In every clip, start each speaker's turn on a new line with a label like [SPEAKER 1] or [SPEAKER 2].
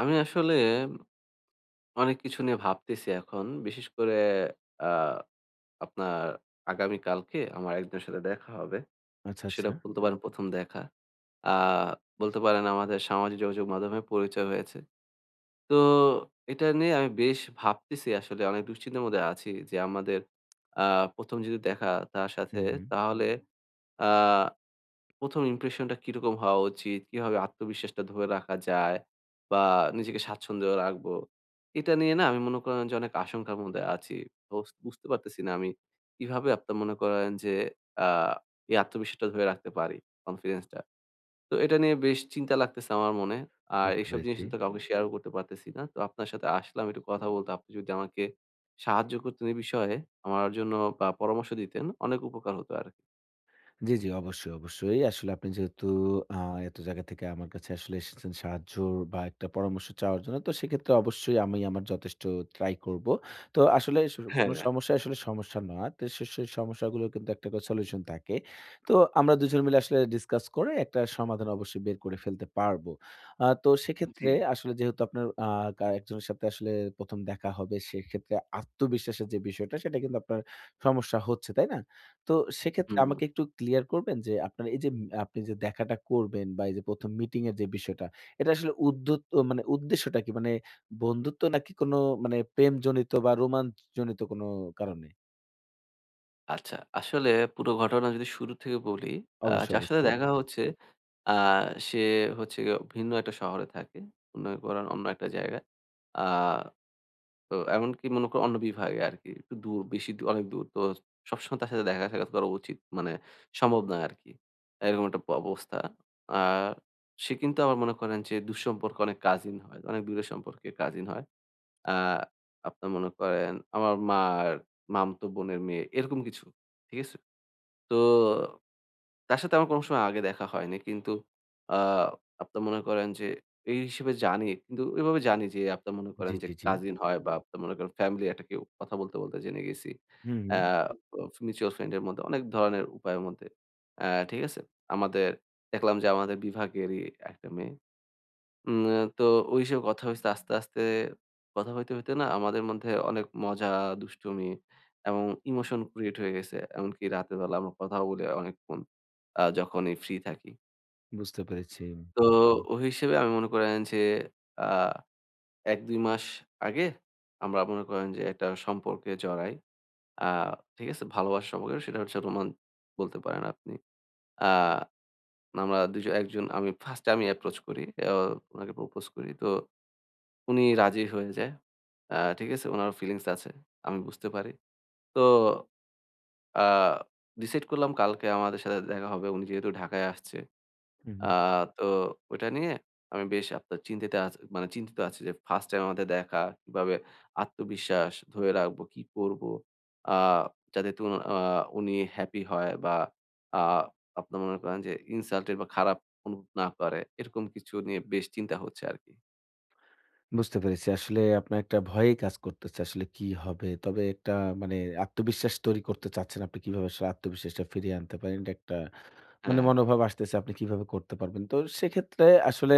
[SPEAKER 1] আমি আসলে অনেক কিছু নিয়ে ভাবতেছি এখন। বিশেষ করে আ আপনার আগামীকালকে আমার একজনের সাথে দেখা হবে।
[SPEAKER 2] আচ্ছা,
[SPEAKER 1] সেটা
[SPEAKER 2] আচ্ছা।
[SPEAKER 1] বলতে পারেন ১ম দেখা। আ বলতে পারেন আমাদের সামাজিক যোগাযোগ মাধ্যমে পরিচয় হয়েছে। তো এটা নিয়ে আমি বেশ ভাবতেছি আসলে অনেক দুশ্চিন্তার মধ্যে আছি যে আমাদের আ ১ম যদি দেখা তার সাথে,
[SPEAKER 2] হুম, হুম।
[SPEAKER 1] তাহলে আ ১ম ইমপ্রেশনটা কিরকম হওয়া উচিত? কিভাবে আত্মবিশ্বাসটা ধরে রাখা যায়? বা নিজেকে স্বাচ্ছন্দ্যে রাখবো? এটা নিয়ে না আমি মনে করেন যে অনেক আশঙ্কার মধ্যে আছি। বুঝতে পারতেছি না আমি কিভাবে আপনার মনে করেন যে আ এই আত্মবিশ্বাসটা ধরে রাখতে পারি, কনফিডেন্সটা। তো এটা নিয়ে বেশ চিন্তা লাগতেছে আমার মনে। আর
[SPEAKER 2] বুঝতে
[SPEAKER 1] এসব জিনিস
[SPEAKER 2] পেরেছি।
[SPEAKER 1] তো কাউকে শেয়ারও করতে পারতেছি না। তো আপনার সাথে আসলাম একটু কথা বলতে। আপনি যদি আমাকে সাহায্য করতেন এই বিষয়ে আমার জন্য, বা পরামর্শ দিতেন, অনেক উপকার হতো আরকি।
[SPEAKER 2] জি, জি। অবশ্যই, অবশ্যই। আসলে আপনি যেহেতু আ এত জায়গা থেকে আমার কাছে আসলে এসেছেন সাহায্য বা একটা পরামর্শ চাওয়ার জন্য। তো সেক্ষেত্রে অবশ্যই আমি আমার যথেষ্ট ট্রাই করব। তো আসলে কোন
[SPEAKER 1] হ্যাঁ,
[SPEAKER 2] সমস্যা আসলে সমস্যা না। তো সেই সমস্যাগুলোর কিন্তু একটা করে সলিউশন থাকে। তো আমরা দুজন মিলে আসলে ডিসকাস করে একটা সমাধান অবশ্যই বের করে ফেলতে পারব। তো
[SPEAKER 1] জি।
[SPEAKER 2] সেক্ষেত্রে আসলে যেহেতু আপনার একজনের সাথে আসলে ১ম দেখা হবে সেক্ষেত্রে আত্মবিশ্বাসের যে বিষয়টা সেটা কিন্তু আপনার সমস্যা হচ্ছে, তাই না? তো সেক্ষেত্রে
[SPEAKER 1] হুম।
[SPEAKER 2] আমাকে একটু ক্লিয়ার করবেন যে আপনার এই যে আপনি যে দেখাটা করবেন বা এই যে ১ম মিটিং এর যে বিষয়টা, এটা আসলে মানে উদ্দেশ্যটা কি? মানে বন্ধুত্ব নাকি কোনো মানে প্রেমজনিত বা রোমাঞ্চজনিত কোনো কারণে?
[SPEAKER 1] আচ্ছা, আসলে পুরো ঘটনা যদি শুরু থেকে বলি,
[SPEAKER 2] অবশ্যই,
[SPEAKER 1] যার সাথে
[SPEAKER 2] অবশ্যই।
[SPEAKER 1] দেখা হচ্ছে, আ সে হচ্ছে গিয়ে ভিন্ন একটা শহরে থাকে। অন্য করেন, অন্য একটা জায়গায়। আ তো এমনকি মনে করো অন্য বিভাগে আরকি। একটু দূর, বেশি দূর, অনেক দূর। তো সবসময় তার সাথে দেখা সাক্ষাৎ করা উচিত মানে সম্ভব না আরকি। এরকম একটা অবস্থা। আর সে কিন্তু আবার মনে করেন যে দুঃসম্পর্কে অনেক কাজিন হয়। অনেক দূরের সম্পর্কে কাজিন হয়। আ আপনার মনে করেন আমার মামতো বোনের মেয়ে এরকম কিছু। ঠিক আছে? তো তার সাথে আমার কোনো সময় আগে দেখা হয়নি। কিন্তু আ আপনার মনে করেন যে এই হিসেবে জানি। কিন্তু এভাবে জানি যে আপনার মনে করেন
[SPEAKER 2] জি,
[SPEAKER 1] যে
[SPEAKER 2] জি, জি।
[SPEAKER 1] কাজিন হয়, বা আপনার মনে করেন ফ্যামিলি একটা কেউ, কথা বলতে, বলতে জেনে গেছি।
[SPEAKER 2] হুম, হুম।
[SPEAKER 1] অ্যা মিউচুয়াল ফ্রেন্ড এর মধ্যে, অনেক ধরনের উপায়ের মধ্যে। ঠিক আছে? আমাদের দেখলাম যে আমাদের বিভাগেরই একটা মেয়ে। উম তো ওইসব কথা হইছে আস্তে, আস্তে কথা হইতে, হইতে না আমাদের মধ্যে অনেক মজা, দুষ্টুমি এবং ইমোশন ক্রিয়েট হয়ে গেছে। এমনকি রাতের বেলা আমরা কথাও বলি অনেকক্ষণ, যখনই ফ্রি থাকি।
[SPEAKER 2] বুঝতে পেরেছি।
[SPEAKER 1] তো
[SPEAKER 2] হুম,
[SPEAKER 1] ওই হিসেবে আমি মনে করেন যে আ ১-২ মাস আগে আমরা মনে করেন যে একটা সম্পর্কে জড়াই। আ ঠিক আছে? ভালোবাসার সম্পর্কে, সেটা হচ্ছে বলতে পারেন আপনি। আ আমরা ২ জন, একজন, আমি ফার্স্টে আমি অ্যাপ্রোচ করি। উনাকে প্রপোজ করি। তো উনি রাজি হয়ে যায়। ঠিক আছে? উনারও ফিলিংস আছে। আমি বুঝতে পারি। তো আ ডিসাইড করলাম কালকে আমাদের সাথে দেখা হবে। উনি যেহেতু ঢাকায় আসছে।
[SPEAKER 2] হুম,
[SPEAKER 1] আ
[SPEAKER 2] হুম।
[SPEAKER 1] তো ওইটা নিয়ে আমি বেশ আপনার চিন্তিত মানে চিন্তিত আছি যে ফার্স্ট টাইম আমাদের দেখা, কিভাবে আত্মবিশ্বাস ধরে রাখবো, কি করবো? আ যাতে আ উনি হ্যাপি হয়, বা আ আপনার মনে করেন যে ইনসাল্টেড বা খারাপ অনুভব না করে। এরকম কিছু নিয়ে বেশ চিন্তা হচ্ছে আরকি।
[SPEAKER 2] বুঝতে পেরেছি। আসলে আপনার একটা ভয়ই কাজ করতেছে আসলে কি হবে? তবে একটা মানে আত্মবিশ্বাস তৈরি করতে চাচ্ছেন আপনি কিভাবে আসলে আত্মবিশ্বাসটা ফিরিয়ে আনতে পারেন এটা একটা মানে
[SPEAKER 1] হ্যাঁ।
[SPEAKER 2] মনোভাব আসতেছে আপনি কিভাবে করতে পারবেন। তো সেক্ষেত্রে আসলে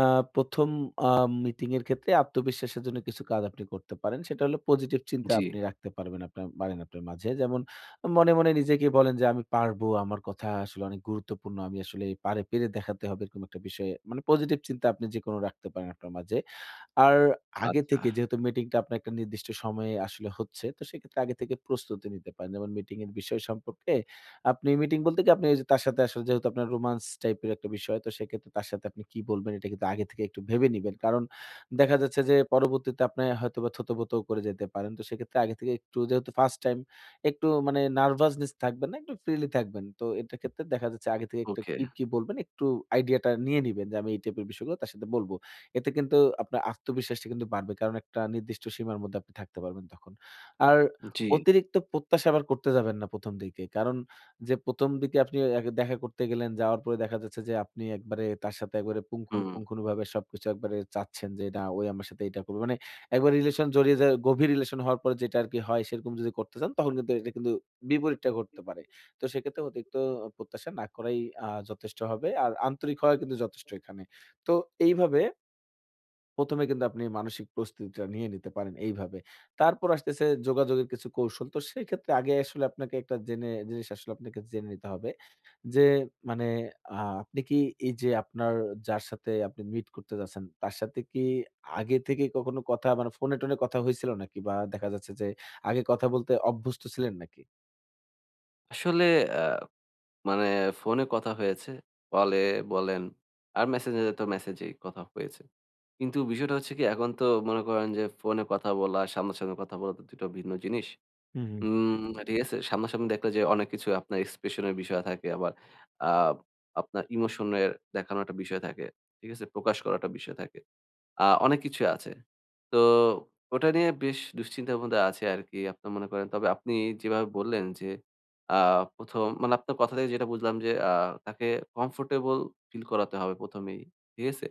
[SPEAKER 2] আ ১ম আ মিটিং এর ক্ষেত্রে আত্মবিশ্বাসের জন্য কিছু কাজ আপনি করতে পারেন। সেটা হলো পজিটিভ চিন্তা
[SPEAKER 1] জি।
[SPEAKER 2] আপনি রাখতে পারবেন আপনার পারেন আপনার মাঝে। যেমন মনে নিজেকে বলেন যে আমি পারবো, আমার কথা আসলে অনেক গুরুত্বপূর্ণ। আমি আসলে পেরে দেখাতে হবে এরকম একটা বিষয়ে মানে পজিটিভ চিন্তা আপনি যেকোনো রাখতে পারেন আপনার মাঝে। আর আগে
[SPEAKER 1] আচ্ছা।
[SPEAKER 2] থেকে যেহেতু মিটিংটা আপনার একটা নির্দিষ্ট সময়ে আসলে হচ্ছে, তো সেক্ষেত্রে আগে থেকে প্রস্তুতি নিতে পারেন। যেমন মিটিং এর বিষয় সম্পর্কে আপনি মিটিং বলতে কি আপনি ওই যে তার সাথে আসলে যেহেতু আপনার রোমান্স টাইপের একটা বিষয়, তো সেক্ষেত্রে তার সাথে আপনি কি বলবেন এটা কিন্তু আগে থেকে একটু ভেবে নিবেন। কারণ দেখা যাচ্ছে যে পরবর্তীতে আপনি হয়তোবা থতবত করে যেতে পারেন। তো সেক্ষেত্রে আগে থেকে একটু যেহেতু ফার্স্ট টাইম একটু মানে নার্ভাসনেস থাকবেন না, একটু ফ্রিলি থাকবেন। তো এটার ক্ষেত্রে দেখা যাচ্ছে আগে থেকে একটা
[SPEAKER 1] ওকে।
[SPEAKER 2] কি, কি বলবেন একটু আইডিয়াটা নিয়ে নিবেন যে আমি এই টাইপের বিষয়গুলো তার সাথে বলব। এতে কিন্তু আপনার আত্মবিশ্বাসটা কিন্তু বাড়বে। কারণ একটা নির্দিষ্ট সীমার মধ্যে আপনি থাকতে পারবেন তখন। আর
[SPEAKER 1] জি,
[SPEAKER 2] অতিরিক্ত প্রত্যাশা আবার করতে যাবেন না ১ম দিকে। কারণ যে ১ম দিকে আপনি এক দেখা করতে গেলেন, যাওয়ার পরে দেখা যাচ্ছে যে আপনি একবারে তার সাথে একবারে
[SPEAKER 1] হুম।
[SPEAKER 2] পুঙ্খানুপুঙ্খানুভাবে সবকিছু একবারে চাচ্ছেন যে, "না, ওই আমার সাথে এটা করবে।" মানে একবার রিলেশন জড়িয়ে যায়, গভীর রিলেশন হওয়ার পরে যেটা আরকি হয়, সেরকম যদি করতে চান, তখন কিন্তু এটা কিন্তু বিপরীতটা ঘটতে পারে। তো সেক্ষেত্রে অতিরিক্ত প্রত্যাশা না করাই যথেষ্ট হবে। আর আন্তরিক হওয়া কিন্তু যথেষ্ট এখানে। তো এইভাবে ১ম এ কিন্তু আপনি মানসিক প্রস্তুতিটা নিয়ে নিতে পারেন এইভাবে। তারপর আসতেছে যোগাযোগের কিছু কৌশল। তো সেই ক্ষেত্রে আগে আসলে আপনাকে একটা জিনিস আসলে আপনাকে জেনে নিতে হবে যে, মানে আ আপনি কি এই যে আপনার যার সাথে আপনি মিট করতে যাচ্ছেন, তার সাথে কি আগে থেকে কখনো কথা মানে ফোনে-টোনে কথা হয়েছিল নাকি? বা দেখা যাচ্ছে যে আগে কথা বলতে অভ্যস্ত ছিলেন নাকি?
[SPEAKER 1] আসলে আ মানে ফোনে কথা হয়েছে, কলে বলেন, আর মেসেঞ্জারে তো মেসেজেই কথা হয়েছে। কিন্তু বিষয়টা হচ্ছে কি, এখন তো মনে করেন যে ফোনে কথা বলা, আর সামনাসামনি কথা বলা তো ২ টো ভিন্ন জিনিস।
[SPEAKER 2] হুম, হুম,
[SPEAKER 1] উম ঠিক আছে? সামনাসামনি দেখলে যে অনেক কিছু আপনার এক্সপ্রেশন এর বিষয় থাকে, আবার আ আপনার ইমোশন এর দেখানো একটা বিষয় থাকে। ঠিক আছে? প্রকাশ করার একটা বিষয় থাকে। অনেক কিছুই আছে। তো ওটা নিয়ে বেশ দুশ্চিন্তার মধ্যে আছি আরকি। আপনি মনে করেন, তবে আপনি যেভাবে বললেন যে, আ ১ম মানে আপনার কথা থেকে যেটা বুঝলাম যে, তাকে কমফোর্টেবল ফিল করাতে হবে ১ম এই। ঠিক আছে?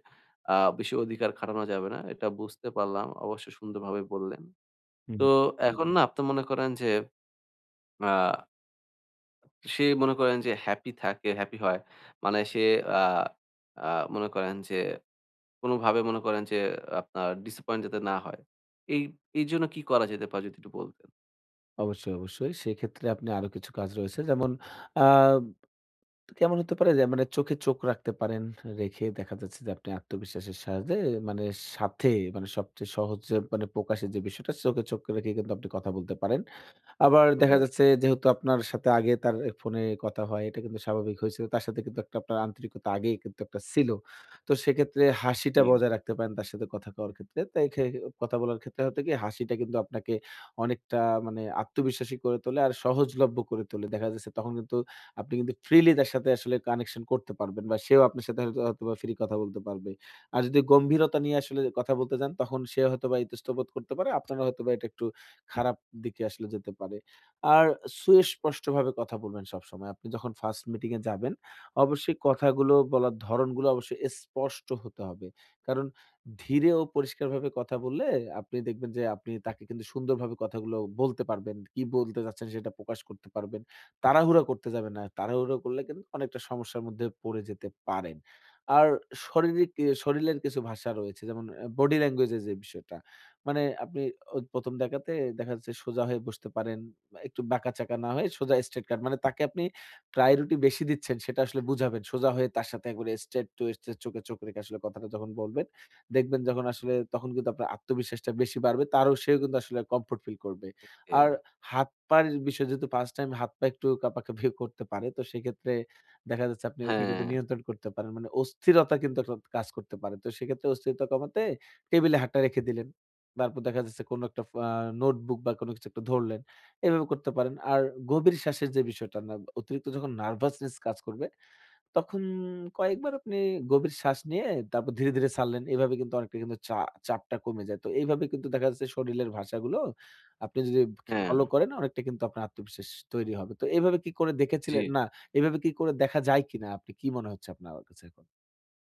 [SPEAKER 1] আ বেশি অধিকার খাটানো যাবে না। এটা বুঝতে পারলাম। অবশ্য সুন্দরভাবে বললেন।
[SPEAKER 2] হুম।
[SPEAKER 1] তো এখন হুম। না আপনি মনে করেন যে, আ সে মনে করেন যে হ্যাপি থাকে, হ্যাপি হয়। মানে সে আ আ মনে করেন যে কোনোভাবে মনে করেন যে আপনার ডিসঅ্যাপয়েন্ট যাতে না হয়। এই এই জন্য কি করা যেতে পারে যদি একটু বলতেন?
[SPEAKER 2] অবশ্যই, অবশ্যই। সেক্ষেত্রে আপনি আরো কিছু কাজ রয়েছে। যেমন আ কেমন হতে পারে যে মানে চোখে চোখ রাখতে পারেন। রেখে দেখা যাচ্ছে যে আপনি আত্মবিশ্বাসের সাথে মানে সাথে মানে সবচেয়ে সহজ যে মানে প্রকাশের যে বিষয়টা চোখে চোখ রেখে কিন্তু আপনি কথা বলতে পারেন। আবার
[SPEAKER 1] হুম,
[SPEAKER 2] দেখা যাচ্ছে যেহেতু আপনার সাথে আগে তার ফোনে কথা হয়, এটা কিন্তু স্বাভাবিক হয়েছিল। তার সাথে কিন্তু একটা আপনার আন্তরিকতা আগেই কিন্তু একটা ছিল। তো সেক্ষেত্রে হাসিটা
[SPEAKER 1] জি,
[SPEAKER 2] বজায় রাখতে পারেন তার সাথে কথা কওয়ার ক্ষেত্রে। তাই কথা বলার ক্ষেত্রে হয়তো কি হাসিটা কিন্তু আপনাকে অনেকটা মানে আত্মবিশ্বাসী করে তোলে আর সহজলভ্য করে তোলে। দেখা যাচ্ছে তখন কিন্তু আপনি কিন্তু ফ্রিলি তার সাথে আসলে কানেকশন করতে পারবেন বা সেও আপনার সাথে হয়তোবা ফ্রি কথা বলতে পারবে। আর যদি গম্ভীরতা নিয়ে আসলে কথা বলতে যান তখন সে হয়তোবা ইতস্তত বোধ করতে পারে। আপনারা হয়তোবা এটা একটু খারাপ দিকে আসলে যেতে পারে। আর সুস্পষ্টভাবে কথা বলবেন সবসময়। আপনি যখন ফার্স্ট মিটিং এ যাবেন, অবশ্যই কথাগুলো বলার ধরণগুলো অবশ্যই স্পষ্ট হতে হবে। কারণ ধীরে ও পরিষ্কারভাবে কথা বললে আপনি দেখবেন যে আপনি তাকে কিন্তু সুন্দরভাবে কথাগুলো বলতে পারবেন। কি বলতে চাচ্ছেন সেটা প্রকাশ করতে পারবেন। তাড়াহুড়া করতে যাবেন না। তাড়াহুড়া করলে কিন্তু অনেকটা সমস্যার মধ্যে পড়ে যেতে পারেন। আর শারীরিক শরীরের কিছু ভাষা রয়েছে যেমন বডি ল্যাঙ্গুয়েজ এর যে বিষয়টা। মানে আপনি ওই ১ম ডাকাতে দেখা যাচ্ছে সোজা হয়ে বসতে পারেন। বা একটু বাঁকাচাকা না হয়ে সোজা স্ট্রেইট কাট মানে তাকে আপনি প্রায়োরিটি বেশি দিচ্ছেন সেটা আসলে বুঝাবেন। সোজা হয়ে তার সাথে একবারে স্ট্রেইট টু স্ট্রেইট চোখে চোখ রেখে আসলে কথাটা যখন বলবেন, দেখবেন যখন আসলে তখন কিন্তু আপনার আত্মবিশ্বাসটা বেশি বাড়বে। সেও কিন্তু আসলে কমফোর্ট ফিল করবে।
[SPEAKER 1] জি।
[SPEAKER 2] আর হাত-পার বিষয় যেহেতু 1st টাইম হাত-পা একটু কাঁপাকাঁপি করতে পারে। তো সেক্ষেত্রে দেখা যাচ্ছে আপনি ওটা কিন্তু
[SPEAKER 1] হ্যাঁ,
[SPEAKER 2] নিয়ন্ত্রণ করতে পারেন। মানে অস্থিরতা কিন্তু একটা কাজ করতে পারে। তো সেক্ষেত্রে অস্থিরতা কমাতে টেবিলে হাতটা রেখে দিলেন। তারপর দেখা যাচ্ছে কোনো একটা নোটবুক বা কোনো কিছু একটা ধরলেন। এভাবে করতে পারেন। আর গভীর শ্বাসের যে বিষয়টা না, অতিরিক্ত যখন নার্ভাসনেস কাজ করবে, তখন কয়েকবার আপনি গভীর শ্বাস নিয়ে তারপর ধীরে, ধীরে ছাড়লেন। এভাবে কিন্তু অনেকটা কিন্তু চাপটা কমে যায়। তো এইভাবে কিন্তু দেখা যাচ্ছে শরীরের ভাষাগুলো আপনি যদি
[SPEAKER 1] হ্যাঁ,
[SPEAKER 2] ফলো করেন অনেকটা কিন্তু আপনার আত্মবিশ্বাস তৈরি হবে। তো এভাবে কি করে
[SPEAKER 1] জি।
[SPEAKER 2] দেখেছিলেন? না, এভাবে কি করে দেখা যায় কিনা? আপনি কি মনে হচ্ছে আপনার কাছে এখন?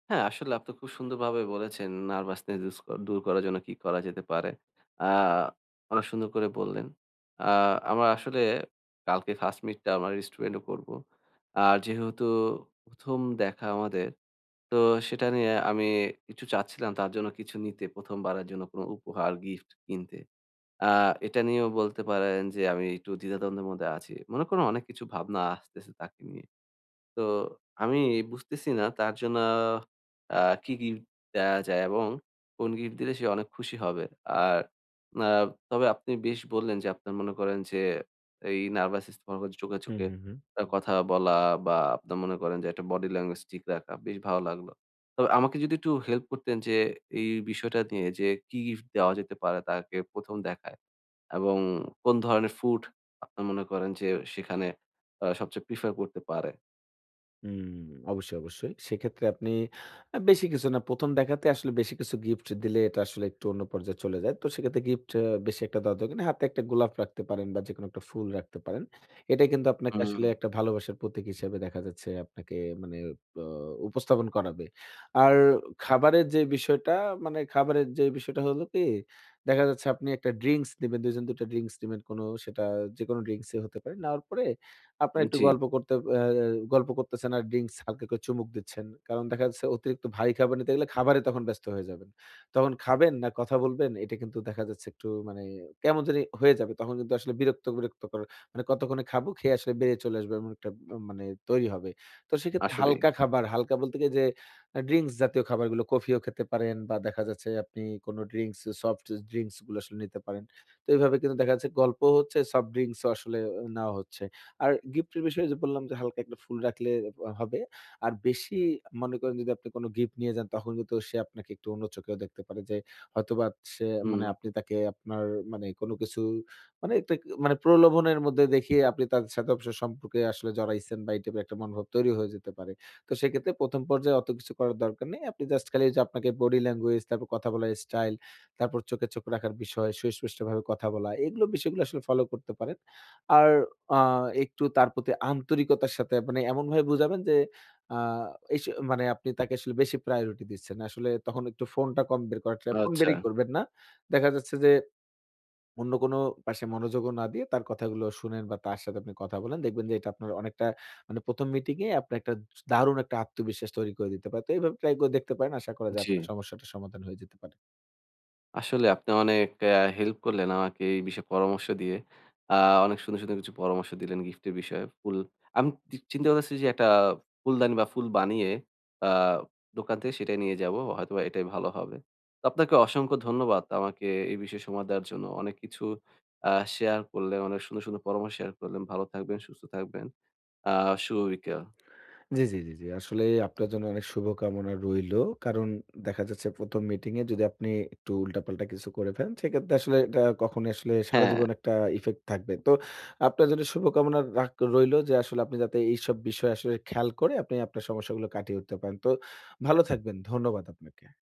[SPEAKER 1] হ্যাঁ, আসলে আপনি খুব সুন্দরভাবে বলেছেন নার্ভাসনেস দূর করার জন্য কি করা যেতে পারে। আ অনেক সুন্দর করে বললেন। আ আমার আসলে কালকে ফার্স্ট মিট টা আমার রেস্টুরেন্টে করব। আর যেহেতু ১ম দেখা আমাদের, তো সেটা নিয়ে আমি কিছু চাচ্ছিলাম, তার জন্য কিছু নিতে, ১ম বারের জন্য কোনো উপহার, গিফট কিনতে। আ এটা নিয়েও বলতে পারেন যে আমি একটু দ্বিধাদ্বন্দ্বের মধ্যে আছি। মনে করুন অনেক কিছু ভাবনা আসতেছে তাকে নিয়ে। তো আমি বুঝতেছি না তার জন্য আ কি গিফট দেয়া যায়, এবং কোন গিফট দিলে সে অনেক খুশি হবে। আর আ তবে আপনি বেশ বললেন যে আপনার মনে করেন যে এই নার্ভাস স্ট্যামিক চোখে,
[SPEAKER 2] হুম,
[SPEAKER 1] চোখে
[SPEAKER 2] হুম, হুম।
[SPEAKER 1] কথা বলা, বা আপনার মনে করেন যে একটা বডি ল্যাঙ্গুয়েজ ঠিক রাখা, বেশ ভালো লাগলো। তবে আমাকে যদি একটু হেল্প করতেন যে এই বিষয়টা নিয়ে যে কি গিফট দেওয়া যেতে পারে তাকে ১ম দেখায়? এবং কোন ধরনের ফুড আপনি মনে করেন যে সেখানে সবচেয়ে প্রিফার করতে পারে?
[SPEAKER 2] হুম, অবশ্যই, অবশ্যই। সেক্ষেত্রে আপনি বেশি কিছু না ১ম দেখাতে আসলে বেশি কিছু গিফট দিলে এটা আসলে একটু অন্য পর্যায়ে চলে যায়। তো সেক্ষেত্রে গিফট বেশি একটা দেওয়ার দরকার নেই। হাতে একটা গোলাপ রাখতে পারেন বা যেকোনো একটা ফুল রাখতে পারেন। এটা কিন্তু আপনাকে
[SPEAKER 1] হুম,
[SPEAKER 2] আসলে একটা ভালোবাসার প্রতীক হিসেবে দেখা যাচ্ছে আপনাকে মানে ব উপস্থাপন করাবে। আর খাবারের যে বিষয়টা মানে খাবারের যে বিষয়টা হলো কি দেখা যাচ্ছে আপনি একটা ড্রিংকস নিবেন, ২ জন ২ টা ড্রিংকস নিবেন কোনো সেটা যেকোনো ড্রিংকসই হতে পারে। নেওয়ার পরে আপনারা একটু
[SPEAKER 1] জি,
[SPEAKER 2] আ গল্প করতেছেন আর ড্রিংকস হালকা করে চুমুক দিচ্ছেন। কারণ দেখা যাচ্ছে অতিরিক্ত ভারী খাবার নিতে গেলে খাবারে তখন ব্যস্ত হয়ে যাবেন। তখন খাবেন না কথা বলবেন এটা কিন্তু দেখা যাচ্ছে একটু মানে কেমন জানি হয়ে যাবে। তখন কিন্তু আসলে বিরক্তকর মানে কতক্ষণে খাবো, খেয়ে আসলে বেরিয়ে চলে আসবো এমন একটা মানে তৈরি হবে। তো সেক্ষেত্রে
[SPEAKER 1] আসলেই।
[SPEAKER 2] হালকা খাবার, হালকা বলতে কি যে ড্রিংকস জাতীয় খাবারগুলো কফিও খেতে পারেন বা দেখা যাচ্ছে আপনি কোন ড্রিংকস সফট ড্রিংকস গুলো আসলে নিতে পারেন। তো এভাবে কিন্তু দেখা যাচ্ছে গল্প হচ্ছে, সফট ড্রিংকস ও আসলে নেওয়া হচ্ছে। আর গিফটের বিষয়ে যে বললাম যে হালকা একটা ফুল রাখলে হবে। আর বেশি মনে করেন যদি আপনি কোনো গিফট নিয়ে যান তখন কিন্তু সে আপনাকে একটু অন্য চোখেও দেখতে পারে যে হয়তোবা সে
[SPEAKER 1] হুম,
[SPEAKER 2] মানে আপনি তাকে আপনার মানে কোনো কিছু মানে একটা মানে প্রলোভনের মধ্যে দেখিয়ে আপনি তার সাথে অবশ্যই সম্পর্কে আসলে জড়াইছেন বা এই টাইপের একটা মনোভাব তৈরি হয়ে যেতে পারে। তো সেক্ষেত্রে ১ম পর্যায়ে অত কিছু করার দরকার নেই। আপনি জাস্ট খালি ওইযে আপনাকে বডি ল্যাঙ্গুয়েজ, তারপর কথা বলার স্টাইল, তারপর চোখে চোখ রাখার বিষয়, সুস্পষ্টভাবে কথা বলা, এগুলো বিষয়গুলো আসলে ফলো করতে পারেন। আর আ একটু তার প্রতি আন্তরিকতার সাথে মানে এমনভাবে বুঝাবেন যে, আ এস মানে আপনি তাকে আসলে বেশি প্রায়োরিটি দিচ্ছেন। আসলে তখন একটু ফোনটা কম বের করার ফোন
[SPEAKER 1] আচ্ছা,
[SPEAKER 2] বেরই করবেন না। দেখা যাচ্ছে যে, অন্য কোনো পাশে মনোযোগও না দিয়ে তার কথাগুলো শুনেন বা তার সাথে আপনি কথা বলেন। দেখবেন যে, এটা আপনার অনেকটা মানে ১ম মিটিং এ আপনার একটা দারুণ একটা আত্মবিশ্বাস তৈরি করে দিতে পারে। তো এভাবে ট্রাই করে দেখতে পারেন। আশা করা যায়
[SPEAKER 1] জি।
[SPEAKER 2] আপনার সমস্যাটার সমাধান হয়ে যেতে পারে।
[SPEAKER 1] আসলে আপনি অনেক হেল্প করলেন আমাকে এই বিষয়ে পরামর্শ দিয়ে। আ অনেক সুন্দর, সুন্দর কিছু পরামর্শ দিলেন গিফটের বিষয়ে। ফুল আমি চিন্তা করতেছি যে একটা ফুলদানি বা ফুল বানিয়ে আ দোকান থেকে সেটাই নিয়ে যাবো। হয়তোবা এটাই ভালো হবে। তো আপনাকে অসংখ্য ধন্যবাদ আমাকে এই বিষয়ে সময় দেওয়ার জন্য। অনেক কিছু শেয়ার করলেন, অনেক সুন্দর, সুন্দর পরামর্শ শেয়ার করলেন। ভালো থাকবেন, সুস্থ থাকবেন। আ শুভ বিকেল।
[SPEAKER 2] জি, জি, জি, জি। আসলে আপনার জন্য অনেক শুভকামনা রইলো। কারণ দেখা যাচ্ছে ১ম মিটিং এ যদি আপনি একটু উল্টাপাল্টা কিছু করে ফেলেন, সেক্ষেত্রে আসলে এটা কখনোই আসলে সারা
[SPEAKER 1] হ্যাঁ।
[SPEAKER 2] জীবন একটা ইফেক্ট থাকবে। তো আপনার জন্য শুভকামনা রইলো যে আসলে আপনি যাতে এইসব বিষয় আসলে খেয়াল করে আপনি আপনার সমস্যাগুলো কাটিয়ে উঠতে পারেন। তো ভালো থাকবেন। ধন্যবাদ আপনাকে।